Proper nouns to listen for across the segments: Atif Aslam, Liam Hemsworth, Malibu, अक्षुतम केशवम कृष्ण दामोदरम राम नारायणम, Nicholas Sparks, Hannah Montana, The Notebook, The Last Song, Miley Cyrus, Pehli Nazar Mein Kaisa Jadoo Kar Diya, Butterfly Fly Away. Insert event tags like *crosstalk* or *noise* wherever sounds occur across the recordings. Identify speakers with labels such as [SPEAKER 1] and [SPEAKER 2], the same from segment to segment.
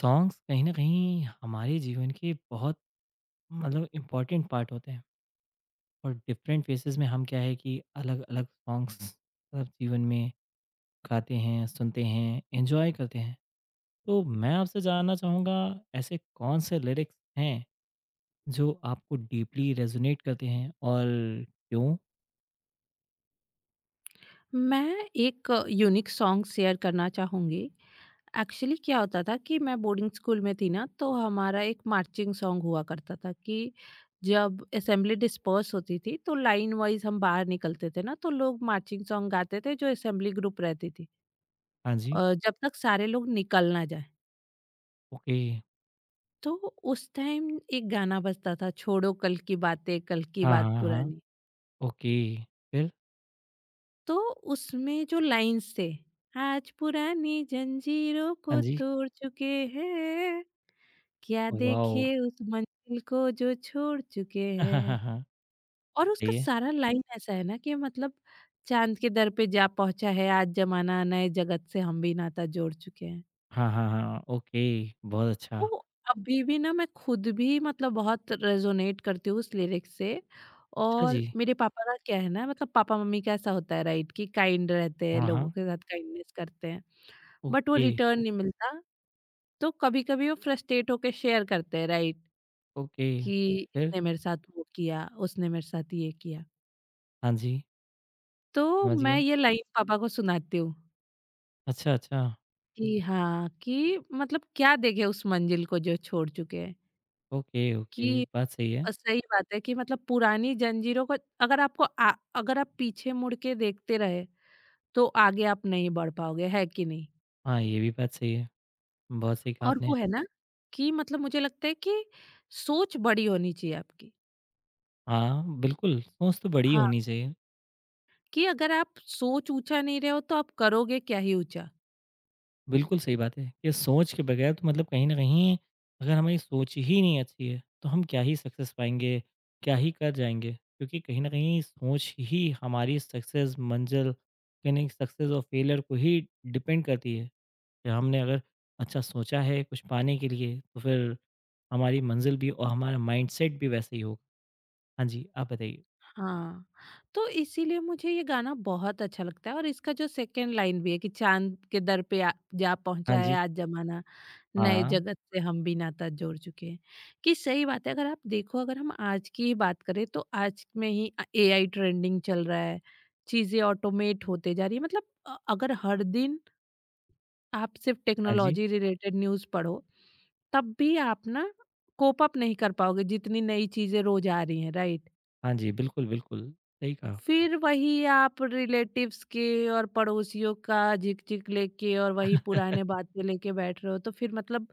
[SPEAKER 1] Songs कहीं न कहीं हमारे जीवन के बहुत मतलब important part होते हैं और डिफरेंट फेसेस में हम क्या है कि अलग-अलग सॉन्ग्स मतलब जीवन में गाते हैं, सुनते हैं, एन्जॉय करते हैं। तो मैं आपसे जानना चाहूँगा ऐसे कौन से लिरिक्स हैं जो आपको डीपली रेज़ोनेट करते हैं और क्यों?
[SPEAKER 2] मैं एक यूनिक सॉन्ग शेयर करना चाहूँगी। एक्चुअली क्या होता था कि मैं बोर्डिंग स्कूल में थी ना, तो हमारा एक मार्चिंग सॉन्ग हुआ करता था कि जब असेंबली डिस्पर्स होती थी तो लाइन वाइज हम बाहर निकलते थे, ना तो लोग मार्चिंग सॉन्ग गाते थे जो असेंबली ग्रुप रहती थी,
[SPEAKER 1] हाँ जी,
[SPEAKER 2] जब तक सारे लोग निकल ना जाए।
[SPEAKER 1] ओके।
[SPEAKER 2] तो उस टाइम एक गाना बजता था, छोड़ो कल की बातें, कल की
[SPEAKER 1] हाँ,
[SPEAKER 2] बात
[SPEAKER 1] हाँ, हाँ,
[SPEAKER 2] पुरानी।
[SPEAKER 1] ओके। फिर?
[SPEAKER 2] तो उसमें जो लाइन्स थे, आज पुरानी जंजीरों
[SPEAKER 1] हाँ
[SPEAKER 2] को
[SPEAKER 1] जी।
[SPEAKER 2] तोड़ चुके हैं, क्या
[SPEAKER 1] वॉव!
[SPEAKER 2] देखे उस मंजिल को जो छोड़ चुके हैं।
[SPEAKER 1] *laughs*
[SPEAKER 2] और उसका
[SPEAKER 1] सही है।
[SPEAKER 2] सारा लाइन ऐसा है ना कि मतलब, चाँद के दर पे जा पहुँचा है आज ज़माना, नए जगत से हम भी नाता जोड़ चुके हैं।
[SPEAKER 1] हाँ, हाँ, हाँ, ओके, बहुत अच्छा।
[SPEAKER 2] तो अभी भी ना मैं खुद भी मतलब बहुत रेज़ोनेट करती हूँ उस लिरिक्स से।
[SPEAKER 1] अच्छा जी।
[SPEAKER 2] और मेरे पापा का क्या है ना, मतलब पापा-मम्मी का ऐसा होता है राइट, कि काइंड रहते हैं,
[SPEAKER 1] हाँ,
[SPEAKER 2] लोगों
[SPEAKER 1] हाँ।
[SPEAKER 2] के साथ काइंडनेस करते हैं, बट वो
[SPEAKER 1] ओके,
[SPEAKER 2] रिटर्न नहीं मिलता। तो कभी-कभी वो फ्रस्ट्रेट होके शेयर करते हैं, राइट,
[SPEAKER 1] ओके।
[SPEAKER 2] कि
[SPEAKER 1] फिर?
[SPEAKER 2] इसने मेरे साथ वो किया, उसने मेरे साथ ये किया।
[SPEAKER 1] हाँ जी,
[SPEAKER 2] तो
[SPEAKER 1] समझ
[SPEAKER 2] मैं
[SPEAKER 1] गया।
[SPEAKER 2] ये लाइन पापा को सुनाती हूँ
[SPEAKER 1] अच्छा, अच्छा।
[SPEAKER 2] कि हाँ, कि मतलब, क्या देखे उस मंजिल को जो छोड़ चुके हैं,
[SPEAKER 1] ओके, ओके,
[SPEAKER 2] कि
[SPEAKER 1] बात सही है।
[SPEAKER 2] सही बात है कि मतलब, पुरानी जंजीरों को, अगर आपको आ अगर आप पीछे मुड़ के देखते रहे तो आगे आप नहीं बढ़ पाओगे, है कि नहीं?
[SPEAKER 1] हाँ, ये भी बात सही है। बहुत सही कहा
[SPEAKER 2] और
[SPEAKER 1] आपने।
[SPEAKER 2] वो है ना कि मतलब मुझे लगता है कि सोच बड़ी होनी चाहिए आपकी।
[SPEAKER 1] हाँ, बिल्कुल, सोच तो बड़ी होनी चाहिए।
[SPEAKER 2] कि अगर आप सोच ऊंचा नहीं रहे हो तो आप करोगे क्या ही ऊंचा।
[SPEAKER 1] बिल्कुल सही बात है कि सोच के बगैर तो मतलब कहीं न कहीं अगर हमारी सोच ही नहीं अच्छी है, तो हम क्या ही सक्सेस पाएँगे, क्या ही कर जाएँगे? क्योंकि कहीं न कहीं सोच ही हमारी सक्सेस, मंज़िल, कहीं न कहीं सक्सेस और फेलियर को ही डिपेंड करती है। फिर हमने अगर अच्छा सोचा है कुछ पाने के लिए तो फिर हमारी मंजिल भी और हमारा माइंडसेट भी वैसे ही होगा। हाँ जी, आप बताइए?
[SPEAKER 2] हाँ, तो इसीलिए मुझे ये गाना बहुत अच्छा लगता है, और इसका जो सेकंड लाइन भी है कि, चांद के दर पे आ, जा
[SPEAKER 1] हाँ
[SPEAKER 2] पहुंचा है
[SPEAKER 1] जी,
[SPEAKER 2] आज जमाना, नए
[SPEAKER 1] हाँ,
[SPEAKER 2] जगत से हम भी नाता जोड़ चुके हैं। कि सही बात है, अगर आप देखो, अगर हम आज की ही बात करें तो आज में ही एआई ट्रेंडिंग चल रहा है, चीजें ऑटोमेट होते जा रही है, मतलब अगर हर दिन आप सिर्फ
[SPEAKER 1] हाँ जी,
[SPEAKER 2] टेक्नोलॉजी रिलेटेड न्यूज़ पढ़ो, तब भी आप ना कोप अप नहीं कर पाओगे जितनी नई चीज़ें रोज़ आ रही हैं, राइट?
[SPEAKER 1] हाँ जी, बिल्कुल, बिल्कुल, सही कहा।
[SPEAKER 2] फिर वही आप रिलेटिव्स के और पड़ोसियों का झिक-झिक लेके और वही पुराने
[SPEAKER 1] *laughs*
[SPEAKER 2] बातें लेके बैठ रहे हो, तो फिर मतलब,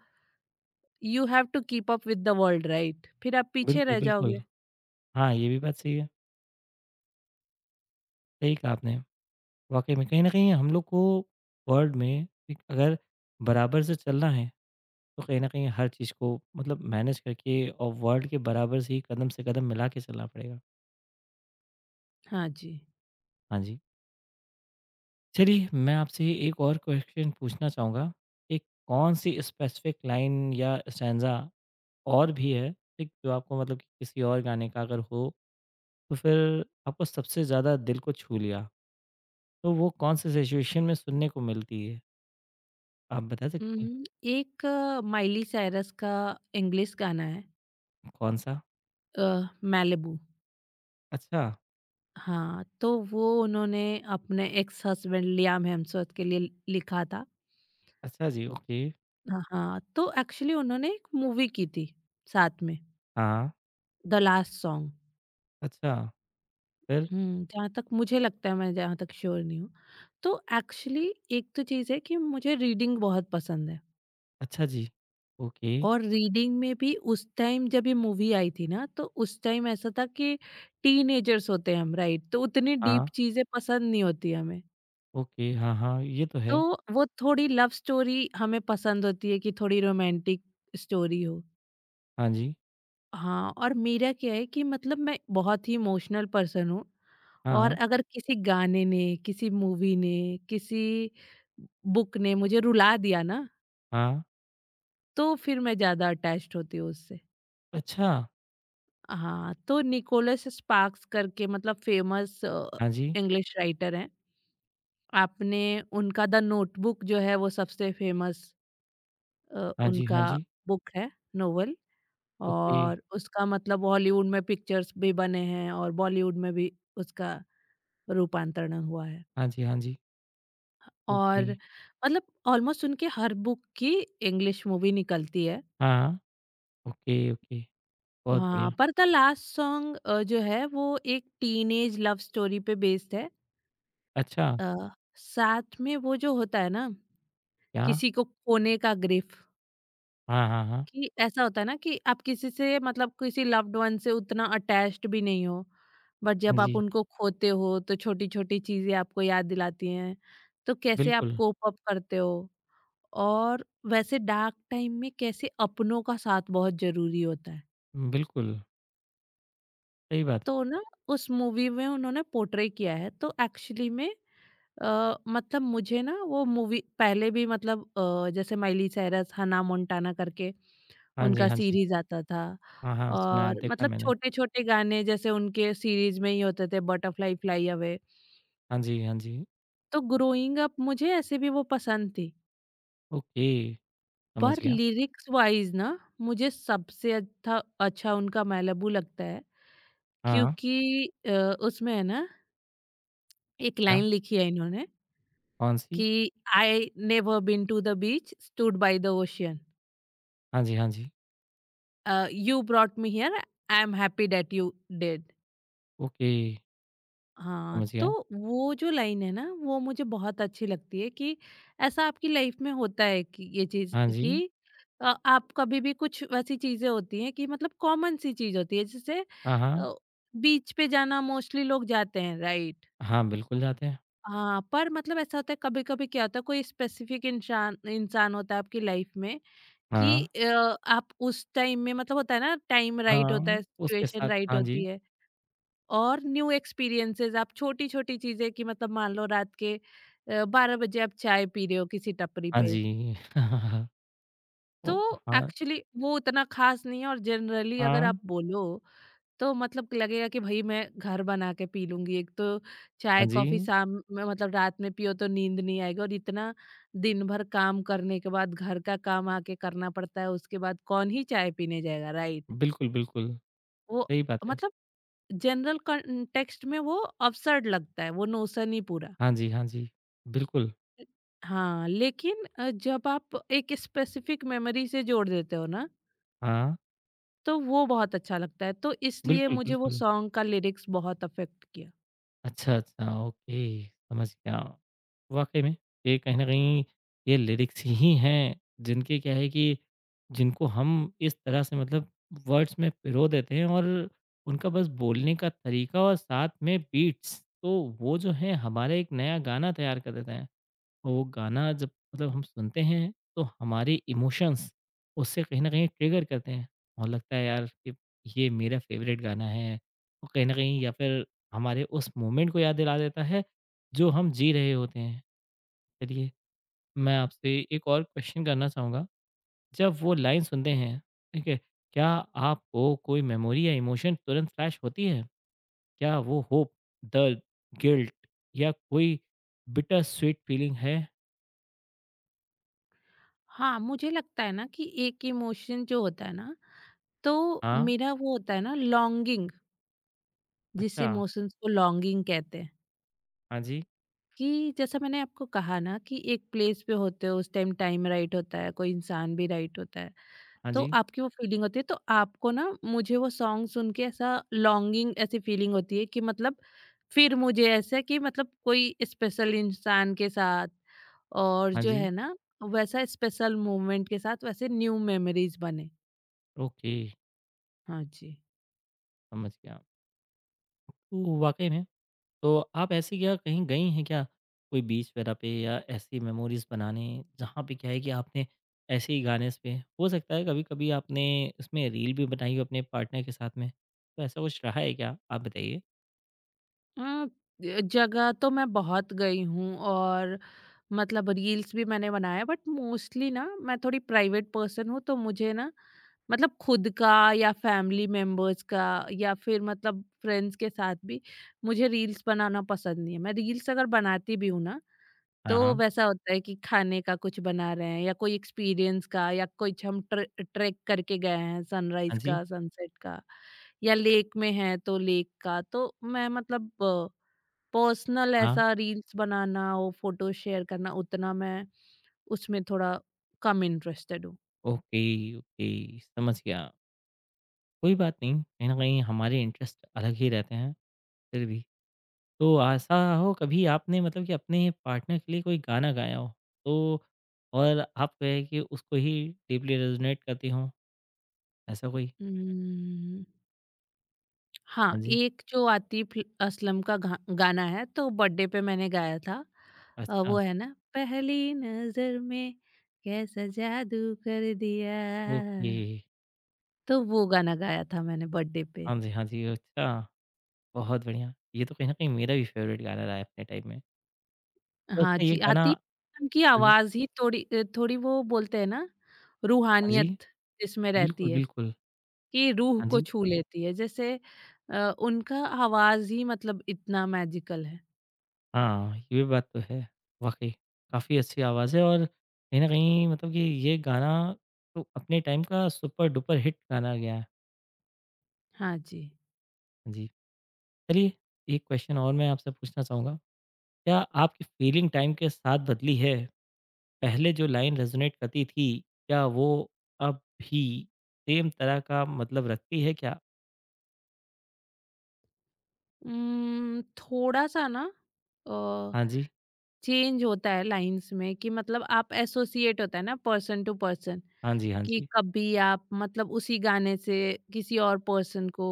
[SPEAKER 2] you have to keep up with the world, right? फिर आप पीछे
[SPEAKER 1] बिल्कुल,
[SPEAKER 2] रह
[SPEAKER 1] बिल्कुल।
[SPEAKER 2] जाओगे।
[SPEAKER 1] हाँ, ये भी बात सही है, सही कहा आपने। वाक़ई में कहीं न कहीं हम लोग को वर्ल्ड में एक अगर बराबर से चलना है तो कहीं न कहीं हर चीज़ को मतलब मैनेज करके और वर्ल्ड के बराबर से ही कदम से कदम मिला के चलना पड़ेगा।
[SPEAKER 2] हाँ जी।
[SPEAKER 1] हाँ जी। चलिए मैं आपसे एक और क्वेश्चन पूछना चाहूँगा कि कौन सी स्पेसिफिक लाइन या स्टैन्ज़ा और भी है, ठीक, जो आपको मतलब कि किसी और गाने का अगर हो, तो फिर आपको सबसे ज़्यादा दिल को छू लिया? तो वो कौन-से सिचुएशन में सुनने को मिलती है? आप बता सकती हैं
[SPEAKER 2] एक माइली साइरस का इंग्लिश गाना है,
[SPEAKER 1] कौन-सा?
[SPEAKER 2] अ, मैलिबू।
[SPEAKER 1] अच्छा,
[SPEAKER 2] हाँ, तो वो उन्होंने अपने एक्स हस्बैंड लियाम हेम्सवर्थ के लिए लिखा था।
[SPEAKER 1] अच्छा जी, ओके,
[SPEAKER 2] हाँ, हाँ, तो एक्चुअली उन्होंने एक मूवी की थी साथ में,
[SPEAKER 1] हाँ,
[SPEAKER 2] द लास्ट सॉन्ग।
[SPEAKER 1] अच्छा, फिर?
[SPEAKER 2] जहाँ तक मुझे लगता है, मैं जहाँ तक श्योर नहीं हूँ। तो एक्चुअली एक तो चीज़ है कि मुझे रीडिंग बहुत पसंद है,
[SPEAKER 1] अच्छा जी, ओके,
[SPEAKER 2] और रीडिंग में भी उस टाइम जब ये मूवी आई थी ना, तो उस टाइम ऐसा था कि टीनेजर्स होते हैं हम, राइट? तो उतनी
[SPEAKER 1] हाँ,
[SPEAKER 2] डीप चीज़ें पसंद नहीं होती हमें।
[SPEAKER 1] ओके, हाँ, हाँ, ये तो
[SPEAKER 2] तो
[SPEAKER 1] है।
[SPEAKER 2] वो थोड़ी लव स्टोरी हमें पसंद होती है कि थोड़ी रोमांटिक स्टोरी हो।
[SPEAKER 1] हाँ जी,
[SPEAKER 2] हाँ, और मेरा क्या है कि मतलब मैं बहुत ही इमोशनल पर्सन हूँ, और
[SPEAKER 1] हाँ,
[SPEAKER 2] अगर किसी गाने ने, किसी मूवी ने, किसी बुक ने मुझे रुला दिया ना,
[SPEAKER 1] हाँ,
[SPEAKER 2] तो फिर मैं ज़्यादा अटैच्ड होती हूँ उससे।
[SPEAKER 1] अच्छा,
[SPEAKER 2] हाँ, तो निकोलस स्पार्क्स करके मतलब फ़ेमस
[SPEAKER 1] हाँ जी,
[SPEAKER 2] इंग्लिश राइटर हैं। आपने उनका द नोटबुक जो है वो सबसे फ़ेमस
[SPEAKER 1] हाँ जी, हाँ
[SPEAKER 2] उनका
[SPEAKER 1] जी।
[SPEAKER 2] बुक है, नोवेल।
[SPEAKER 1] ओके।
[SPEAKER 2] और उसका मतलब हॉलीवुड में पिक्चर्स भी बने हैं, और बॉलीवुड में भी उसका रूपांतरण हुआ है।
[SPEAKER 1] हाँ जी, हाँ जी। ओके।
[SPEAKER 2] और मतलब ऑलमोस्ट उनके हर बुक की इंग्लिश मूवी निकलती है।
[SPEAKER 1] हाँ। Okay, okay. बहुत
[SPEAKER 2] हाँ,
[SPEAKER 1] बढ़िया।
[SPEAKER 2] पर द लास्ट सॉन्ग जो है वो एक टीनेज लव स्टोरी पे बेस्ड है।
[SPEAKER 1] अच्छा,
[SPEAKER 2] अ, साथ में वो जो होता है ना,
[SPEAKER 1] क्या?
[SPEAKER 2] किसी को खोने का ग्रिफ,
[SPEAKER 1] हाँ, हाँ, हाँ।
[SPEAKER 2] कि ऐसा होता है ना कि आप किसी से मतलब किसी लव्ड वन से उतना अटैच्ड भी नहीं हो, बट
[SPEAKER 1] हाँ
[SPEAKER 2] जब आप
[SPEAKER 1] जी,
[SPEAKER 2] उनको खोते हो तो छोटी छोटी चीजें आपको याद दिलाती हैं, तो कैसे आप
[SPEAKER 1] बिल्कुल,
[SPEAKER 2] कोप अप करते हो, और वैसे डार्क टाइम में कैसे अपनों का साथ बहुत जरूरी होता है।
[SPEAKER 1] बिल्कुल, सही बात है।
[SPEAKER 2] तो ना उस मूवी में उन्होंने पोर्ट्रे किया है, तो एक्चुअली में मतलब मुझे ना वो मूवी पहले भी मतलब जैसे माइली साइरस हना मोंटाना करके
[SPEAKER 1] हाँ जी,
[SPEAKER 2] उनका
[SPEAKER 1] हाँ जी।
[SPEAKER 2] सीरीज़ आता था,
[SPEAKER 1] हाँ, हाँ, सुना है,
[SPEAKER 2] और
[SPEAKER 1] देखा
[SPEAKER 2] मतलब
[SPEAKER 1] मैंने।
[SPEAKER 2] छोटे-छोटे गाने जैसे उनके सीरीज़ में ही होते थे, बटरफ्लाई फ्लाई अवे।
[SPEAKER 1] हाँ जी, हाँ जी।
[SPEAKER 2] तो ग्रोइंग अप मुझे ऐसे भी वो पसंद थी।
[SPEAKER 1] ओके, समझ
[SPEAKER 2] पर
[SPEAKER 1] गया।
[SPEAKER 2] लिरिक्स वाइज़ ना मुझे सबसे अच्छा अच्छा उनका मैलाबू लगता है,
[SPEAKER 1] हाँ,
[SPEAKER 2] क्योंकि अ, उसमें है ना, एक
[SPEAKER 1] क्या?
[SPEAKER 2] लाइन लिखी है इन्होंने
[SPEAKER 1] कौन-सी?
[SPEAKER 2] कि, I never been to the beach, stood by the ocean.
[SPEAKER 1] हाँ जी, हाँ जी।
[SPEAKER 2] You brought me here, I am happy that you did.
[SPEAKER 1] Okay,
[SPEAKER 2] हाँ,
[SPEAKER 1] समझ
[SPEAKER 2] तो
[SPEAKER 1] गया।
[SPEAKER 2] वो जो लाइन है ना वो मुझे बहुत अच्छी लगती है, कि ऐसा आपकी लाइफ में होता है कि ये चीज,
[SPEAKER 1] हाँ जी।
[SPEAKER 2] कि आप कभी भी, कुछ वैसी चीजें होती हैं कि मतलब कॉमन सी चीज होती है, जैसे
[SPEAKER 1] हाँ, हाँ।
[SPEAKER 2] अ, बीच पे जाना मोस्टली लोग जाते हैं, राइट?
[SPEAKER 1] हाँ, बिल्कुल जाते हैं।
[SPEAKER 2] हाँ, पर मतलब ऐसा होता है, कभी कभी क्या होता है, कोई स्पेसिफिक इंसान इंसान होता है आपकी लाइफ में, कि
[SPEAKER 1] हाँ,
[SPEAKER 2] आप उस टाइम में, मतलब होता है ना, टाइम राइट होता
[SPEAKER 1] हाँ,
[SPEAKER 2] है,
[SPEAKER 1] उसके
[SPEAKER 2] सिचुएशन
[SPEAKER 1] साथ
[SPEAKER 2] राइट
[SPEAKER 1] हाँ
[SPEAKER 2] होती
[SPEAKER 1] जी,
[SPEAKER 2] है, और न्यू एक्सपीरियंसेस, आप छोटी-छोटी चीजें, कि मतलब मान लो रात के 12 बजे आप चाय पी रहे हो किसी टपरी
[SPEAKER 1] हाँ
[SPEAKER 2] पे,
[SPEAKER 1] जी। *laughs*
[SPEAKER 2] तो
[SPEAKER 1] ओ हाँ,
[SPEAKER 2] एक्चुअली वो उतना खास नहीं है, और जनरली अगर
[SPEAKER 1] हाँ,
[SPEAKER 2] आप बोलो तो मतलब लगेगा कि भई मैं घर बना के पी लूँगी। एक तो
[SPEAKER 1] हाँ
[SPEAKER 2] चाय-कॉफ़ी
[SPEAKER 1] जी।
[SPEAKER 2] शाम में मतलब रात में पियो तो नींद नहीं आएगी, और इतना दिन भर काम करने के बाद घर का काम आके करना पड़ता है, उसके बाद कौन ही चाय पीने जाएगा, राइट?
[SPEAKER 1] बिल्कुल, बिल्कुल।
[SPEAKER 2] वो
[SPEAKER 1] सही बात है।
[SPEAKER 2] मतलब, जनरल कॉन्टेक्स्ट में वो अब्सर्ड लगता है, वो नोशन ही पूरा।
[SPEAKER 1] हाँ जी, हाँ जी। बिल्कुल,
[SPEAKER 2] हाँ, लेकिन जब आप एक स्पेसिफिक मेमोरी से जोड़ देते हो ना,
[SPEAKER 1] हाँ।
[SPEAKER 2] तो वो बहुत अच्छा लगता है। तो इसलिए
[SPEAKER 1] बिल्कुल,
[SPEAKER 2] मुझे वो
[SPEAKER 1] बिल्कुल।
[SPEAKER 2] सॉन्ग का लिरिक्स बहुत अफेक्ट किया।
[SPEAKER 1] अच्छा, अच्छा, ओके, समझ गया। वाक़ई में ये कहीं न कहीं ये लिरिक्स ही हैं, जिनके क्या है कि जिनको हम इस तरह से मतलब वर्ड्स में पिरो देते हैं और उनका बस बोलने का तरीका और साथ में बीट्स, तो वो जो है हमारा एक नया गाना तैयार कर देते हैं। वो गाना जब मतलब हम सुनते हैं तो हमारे इमोशंस उससे कहीं न कहीं ट्रिगर करते हैं और लगता है यार कि ये मेरा फेवरेट गाना है और कहीं न कहीं या फिर हमारे उस मोमेंट को याद दिला देता है जो हम जी रहे होते हैं। चलिए मैं आपसे एक और क्वेश्चन करना चाहूँगा, जब वो लाइन सुनते हैं, ठीक है, क्या आपको कोई मेमोरी या इमोशन तुरंत फ्लैश होती है? क्या वो होप, दर्द, गिल्ट या कोई बिटर स्वीट फीलिंग है?
[SPEAKER 2] हाँ, मुझे लगता है ना कि एक इमोशन जो होता है ना, तो
[SPEAKER 1] हाँ,
[SPEAKER 2] मेरा वो होता है ना, लॉन्गिंग, जिस
[SPEAKER 1] अच्छा।
[SPEAKER 2] इमोशंस को लॉन्गिंग कहते हैं।
[SPEAKER 1] हाँ जी,
[SPEAKER 2] कि जैसा मैंने आपको कहा ना कि एक प्लेस पे होते हो, उस टाइम टाइम राइट होता है, कोई इंसान भी राइट होता है।
[SPEAKER 1] हाँ
[SPEAKER 2] तो
[SPEAKER 1] जी,
[SPEAKER 2] आपकी वो फीलिंग होती है, तो आपको ना, मुझे वो सॉन्ग सुन के ऐसा लॉन्गिंग, ऐसी फीलिंग होती है कि मतलब, फिर मुझे ऐसा कि मतलब कोई स्पेशल इंसान के साथ, और
[SPEAKER 1] हाँ
[SPEAKER 2] जो
[SPEAKER 1] जी।
[SPEAKER 2] है ना वैसा स्पेशल मोमेंट के साथ, वैसे न्यू मेमोरीज बने।
[SPEAKER 1] ओके,
[SPEAKER 2] हाँ जी।
[SPEAKER 1] समझ गया। तो वाक़ई में तो आप ऐसी क्या कहीं गई हैं क्या? कोई बीच वगैरह पे या ऐसी मेमोरीज़ बनाने जहाँ पे क्या है कि आपने ऐसे ही गाने पे हो सकता है कभी-कभी आपने इसमें रील भी बनाई हो अपने पार्टनर के साथ में, तो ऐसा कुछ रहा है क्या? आप बताइए।
[SPEAKER 2] अ, जगह तो मैं बहुत गई हूँ, और मतलब रील्स भी मैंने बनाया, बट मोस्टली ना मैं थोड़ी प्राइवेट पर्सन हूँ, तो मुझे ना मतलब खुद का, या फैमिली मेंबर्स का, या फिर मतलब फ्रेंड्स के साथ भी मुझे रील्स बनाना पसंद नहीं है। मैं रील्स अगर बनाती भी हूँ ना,
[SPEAKER 1] हाँ,
[SPEAKER 2] तो
[SPEAKER 1] हाँ।
[SPEAKER 2] वैसा होता है कि खाने का कुछ बना रहे हैं, या कोई एक्सपीरियंस का, या कुछ हम ट्रैक करके गए हैं
[SPEAKER 1] हाँ
[SPEAKER 2] सनराइज़
[SPEAKER 1] जी,
[SPEAKER 2] का, सनसेट का, या लेक में हैं तो लेक का। तो मैं मतलब, पर्सनल
[SPEAKER 1] हाँ।
[SPEAKER 2] ऐसा रील्स बनाना और फ़ोटो शेयर करना, उतना मैं उसमें थोड़ा कम इंटरेस्टेड हूँ।
[SPEAKER 1] ओके, ओके, समझ गया। कोई बात नहीं, कहीं न कहीं हमारे इंटरेस्ट अलग ही रहते हैं, फिर भी। तो ऐसा हो कभी आपने मतलब कि अपने पार्टनर के लिए कोई गाना गाया हो तो और आप कहे कि उसको ही डीपली रेजोनेट करती हो ऐसा कोई?
[SPEAKER 2] हुँ। हाँ,
[SPEAKER 1] हाँ जी।
[SPEAKER 2] एक जो आतिफ असलम का गा गाना है, तो बर्थडे पे मैंने गाया था।
[SPEAKER 1] अच्छा,
[SPEAKER 2] वो है ना, पहली नज़र में कैसा जादू कर दिया।
[SPEAKER 1] ओके।
[SPEAKER 2] तो वो गाना गाया था मैंने बर्थडे पे।
[SPEAKER 1] हाँ जी, हाँ जी। अच्छा, बहुत बढ़िया। ये तो कहीं न कहीं मेरा भी फेवरेट गाना रहा है अपने टाइम में। तो
[SPEAKER 2] हाँ
[SPEAKER 1] अच्छा ये
[SPEAKER 2] जी,
[SPEAKER 1] गाना
[SPEAKER 2] आतिफ
[SPEAKER 1] हाँ
[SPEAKER 2] असलम की
[SPEAKER 1] जी,
[SPEAKER 2] आवाज़ ही थोड़ी थोड़ी, वो बोलते हैं ना,
[SPEAKER 1] हाँ जी।
[SPEAKER 2] रूहानियत जिसमें रहती
[SPEAKER 1] बिल्कुल,
[SPEAKER 2] है,
[SPEAKER 1] बिल्कुल।
[SPEAKER 2] कि रूह
[SPEAKER 1] हाँ
[SPEAKER 2] को
[SPEAKER 1] जी।
[SPEAKER 2] छू लेती है। जैसे उनका आवाज़ ही मतलब इतना मैजिकल है।
[SPEAKER 1] हाँ, ये बात तो है। वाक़ई काफ़ी अच्छी आवाज़ है और कहीं न कहीं मतलब कि ये गाना तो अपने टाइम का सुपर-डुपर हिट गाना गया है।
[SPEAKER 2] हाँ जी।
[SPEAKER 1] हाँ जी। चलिए एक क्वेश्चन और मैं आपसे पूछना चाहूँगा। क्या आपकी फीलिंग टाइम के साथ बदली है? पहले जो लाइन रेज़ोनेट करती थी, क्या वो अब भी सेम तरह का मतलब रखती है क्या?
[SPEAKER 2] थोड़ा सा ना अ,
[SPEAKER 1] हाँ जी,
[SPEAKER 2] चेंज होता है लाइन्स में, कि मतलब आप एसोसिएट होता है ना पर्सन टू पर्सन,
[SPEAKER 1] हाँ जी, हाँ
[SPEAKER 2] कि
[SPEAKER 1] जी,
[SPEAKER 2] कभी आप मतलब उसी गाने से किसी और पर्सन को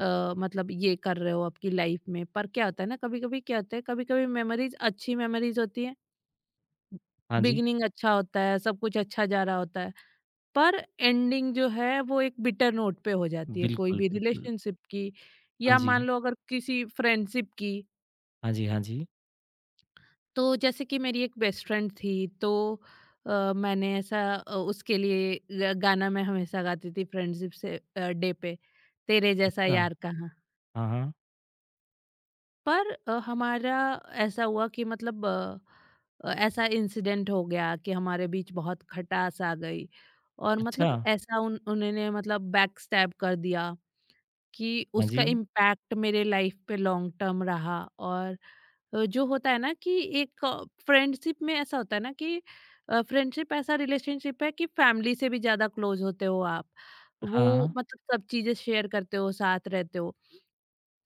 [SPEAKER 2] मतलब ये कर रहे हो आपकी लाइफ में, पर क्या होता है ना, कभी कभी क्या होता है, कभी कभी मेमोरीज, अच्छी मेमोरीज होती है,
[SPEAKER 1] हाँ जी।
[SPEAKER 2] बिगिनिंग अच्छा होता है, सब कुछ अच्छा जा रहा होता है, पर एंडिंग जो है वो एक बिटर नोट पे हो जाती है कोई
[SPEAKER 1] बिल्कुल,
[SPEAKER 2] भी
[SPEAKER 1] बिल्कुल।
[SPEAKER 2] रिलेशनशिप की,
[SPEAKER 1] हाँ
[SPEAKER 2] या
[SPEAKER 1] जी,
[SPEAKER 2] मान लो अगर किसी फ्रेंडशिप की।
[SPEAKER 1] हाँ जी, हाँ जी।
[SPEAKER 2] तो जैसे कि मेरी एक बेस्ट फ्रेंड थी, तो मैंने ऐसा उसके लिए गाना मैं हमेशा गाती थी फ्रेंडशिप से डे पे, तेरे जैसा
[SPEAKER 1] अच्छा,
[SPEAKER 2] यार कहाँ।
[SPEAKER 1] हाँ, हाँ।
[SPEAKER 2] पर हमारा ऐसा हुआ कि मतलब ऐसा इंसिडेंट हो गया कि हमारे बीच बहुत खटास आ गई, और
[SPEAKER 1] अच्छा,
[SPEAKER 2] मतलब ऐसा, उन उन्होंने मतलब बैक स्टैब कर दिया, कि
[SPEAKER 1] हाँ जी,
[SPEAKER 2] उसका इम्पैक्ट मेरे लाइफ पे लॉन्ग टर्म रहा। और जो होता है ना, कि एक फ्रेंडशिप में ऐसा होता है ना, कि फ्रेंडशिप ऐसा रिलेशनशिप है कि फैमिली से भी ज़्यादा क्लोज होते हो आप। वो
[SPEAKER 1] हाँ,
[SPEAKER 2] मतलब सब चीज़ें शेयर करते हो, साथ रहते हो।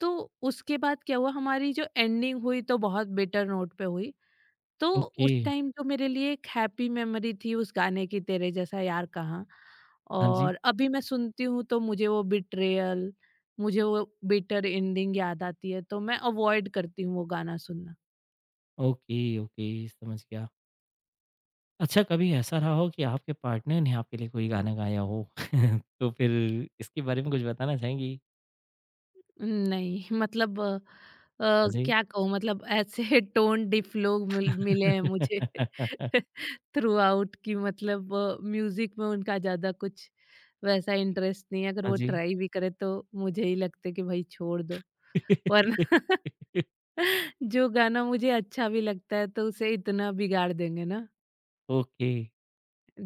[SPEAKER 2] तो उसके बाद क्या हुआ, हमारी जो एंडिंग हुई तो बहुत बेटर नोट पे हुई। तो
[SPEAKER 1] ओके।
[SPEAKER 2] उस टाइम जो मेरे लिए एक हैप्पी मेमोरी थी उस गाने की, तेरे जैसा यार कहाँ,
[SPEAKER 1] हाँ जी,
[SPEAKER 2] और अभी मैं सुनती हूँ तो मुझे वो बिट्रेयल, मुझे वो बिटर एंडिंग याद आती है, तो मैं अवॉइड करती हूँ वो गाना सुनना।
[SPEAKER 1] ओके, ओके समझ गया। अच्छा, कभी ऐसा रहा हो कि आपके पार्टनर ने आपके लिए कोई गाना गाया हो? *laughs* तो फिर इसके बारे में कुछ बताना चाहेंगी?
[SPEAKER 2] नहीं, *laughs* मतलब
[SPEAKER 1] हाँ जी।
[SPEAKER 2] क्या कहूँ, मतलब ऐसे *laughs* टोन डिफ लोग मिले हैं मुझे।
[SPEAKER 1] *laughs*
[SPEAKER 2] *laughs* थ्रू आउट की, मतलब म्यूजिक में उनका ज्यादा कुछ वैसा इंटरेस्ट नहीं है, अगर
[SPEAKER 1] हाँ
[SPEAKER 2] वो
[SPEAKER 1] जी।
[SPEAKER 2] ट्राई भी करे तो मुझे ही लगता है कि भाई छोड़ दो, वरना *laughs*
[SPEAKER 1] *laughs*
[SPEAKER 2] जो गाना मुझे अच्छा भी लगता है तो उसे इतना बिगाड़ देंगे ना।
[SPEAKER 1] ओके।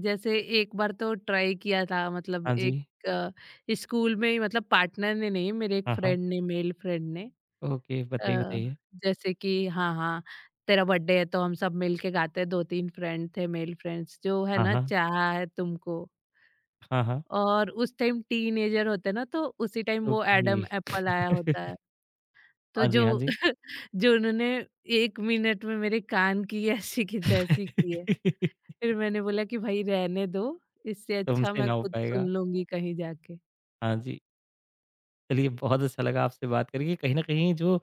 [SPEAKER 2] जैसे एक बार तो ट्राई किया था, मतलब
[SPEAKER 1] हाँ जी।
[SPEAKER 2] एक स्कूल में ही, मतलब पार्टनर ने नहीं, मेरे एक
[SPEAKER 1] हाँ, हाँ।
[SPEAKER 2] फ्रेंड ने, मेल फ्रेंड ने,
[SPEAKER 1] ओके,
[SPEAKER 2] अ,
[SPEAKER 1] बताइए, बताइए।
[SPEAKER 2] जैसे कि, हाँ हाँ तेरा बर्थडे है तो हम सब मिल के गाते हैं, दो तीन फ्रेंड थे मेल फ्रेंड्स जो है
[SPEAKER 1] हाँ,
[SPEAKER 2] ना,
[SPEAKER 1] हाँ।
[SPEAKER 2] चाहा है तुमको,
[SPEAKER 1] हाँ, हाँ।
[SPEAKER 2] और उस टाइम टीनेजर होते ना, तो उसी टाइम वो
[SPEAKER 1] ओके।
[SPEAKER 2] एडम एप्पल आया होता है,
[SPEAKER 1] *laughs*
[SPEAKER 2] तो
[SPEAKER 1] हाँ जी, हाँ
[SPEAKER 2] जो
[SPEAKER 1] जी।
[SPEAKER 2] *laughs* जो उन्होंने 1 मिनट में मेरे कान की *laughs* ऐसी की तैसी की है।
[SPEAKER 1] *laughs*
[SPEAKER 2] फिर मैंने बोला कि भाई रहने दो, इससे अच्छा
[SPEAKER 1] तुमसे
[SPEAKER 2] मैं
[SPEAKER 1] ना हो
[SPEAKER 2] खुद सुन
[SPEAKER 1] पाएगा।
[SPEAKER 2] लूँगी कहीं जाके।
[SPEAKER 1] हाँ जी। चलिए बहुत अच्छा लगा आपसे बात करके। कहीं न कहीं जो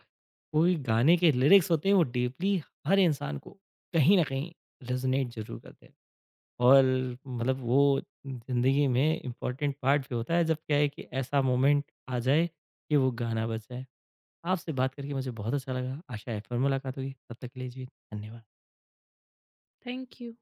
[SPEAKER 1] कोई गाने के लिरिक्स होते हैं वो डीपली हर इंसान को कहीं न कहीं रेज़ोनेट ज़रूर करते हैं। और मतलब वो ज़िंदगी में इम्पोर्टेंट पार्ट भी होता है जब क्या है कि ऐसा मोमेंट आ जाए कि वो गाना बज जाए। आपसे बात करके मुझे बहुत अच्छा लगा। आशा है फिर मुलाकात होगी। तब तक के लिए जी धन्यवाद।
[SPEAKER 2] Thank you.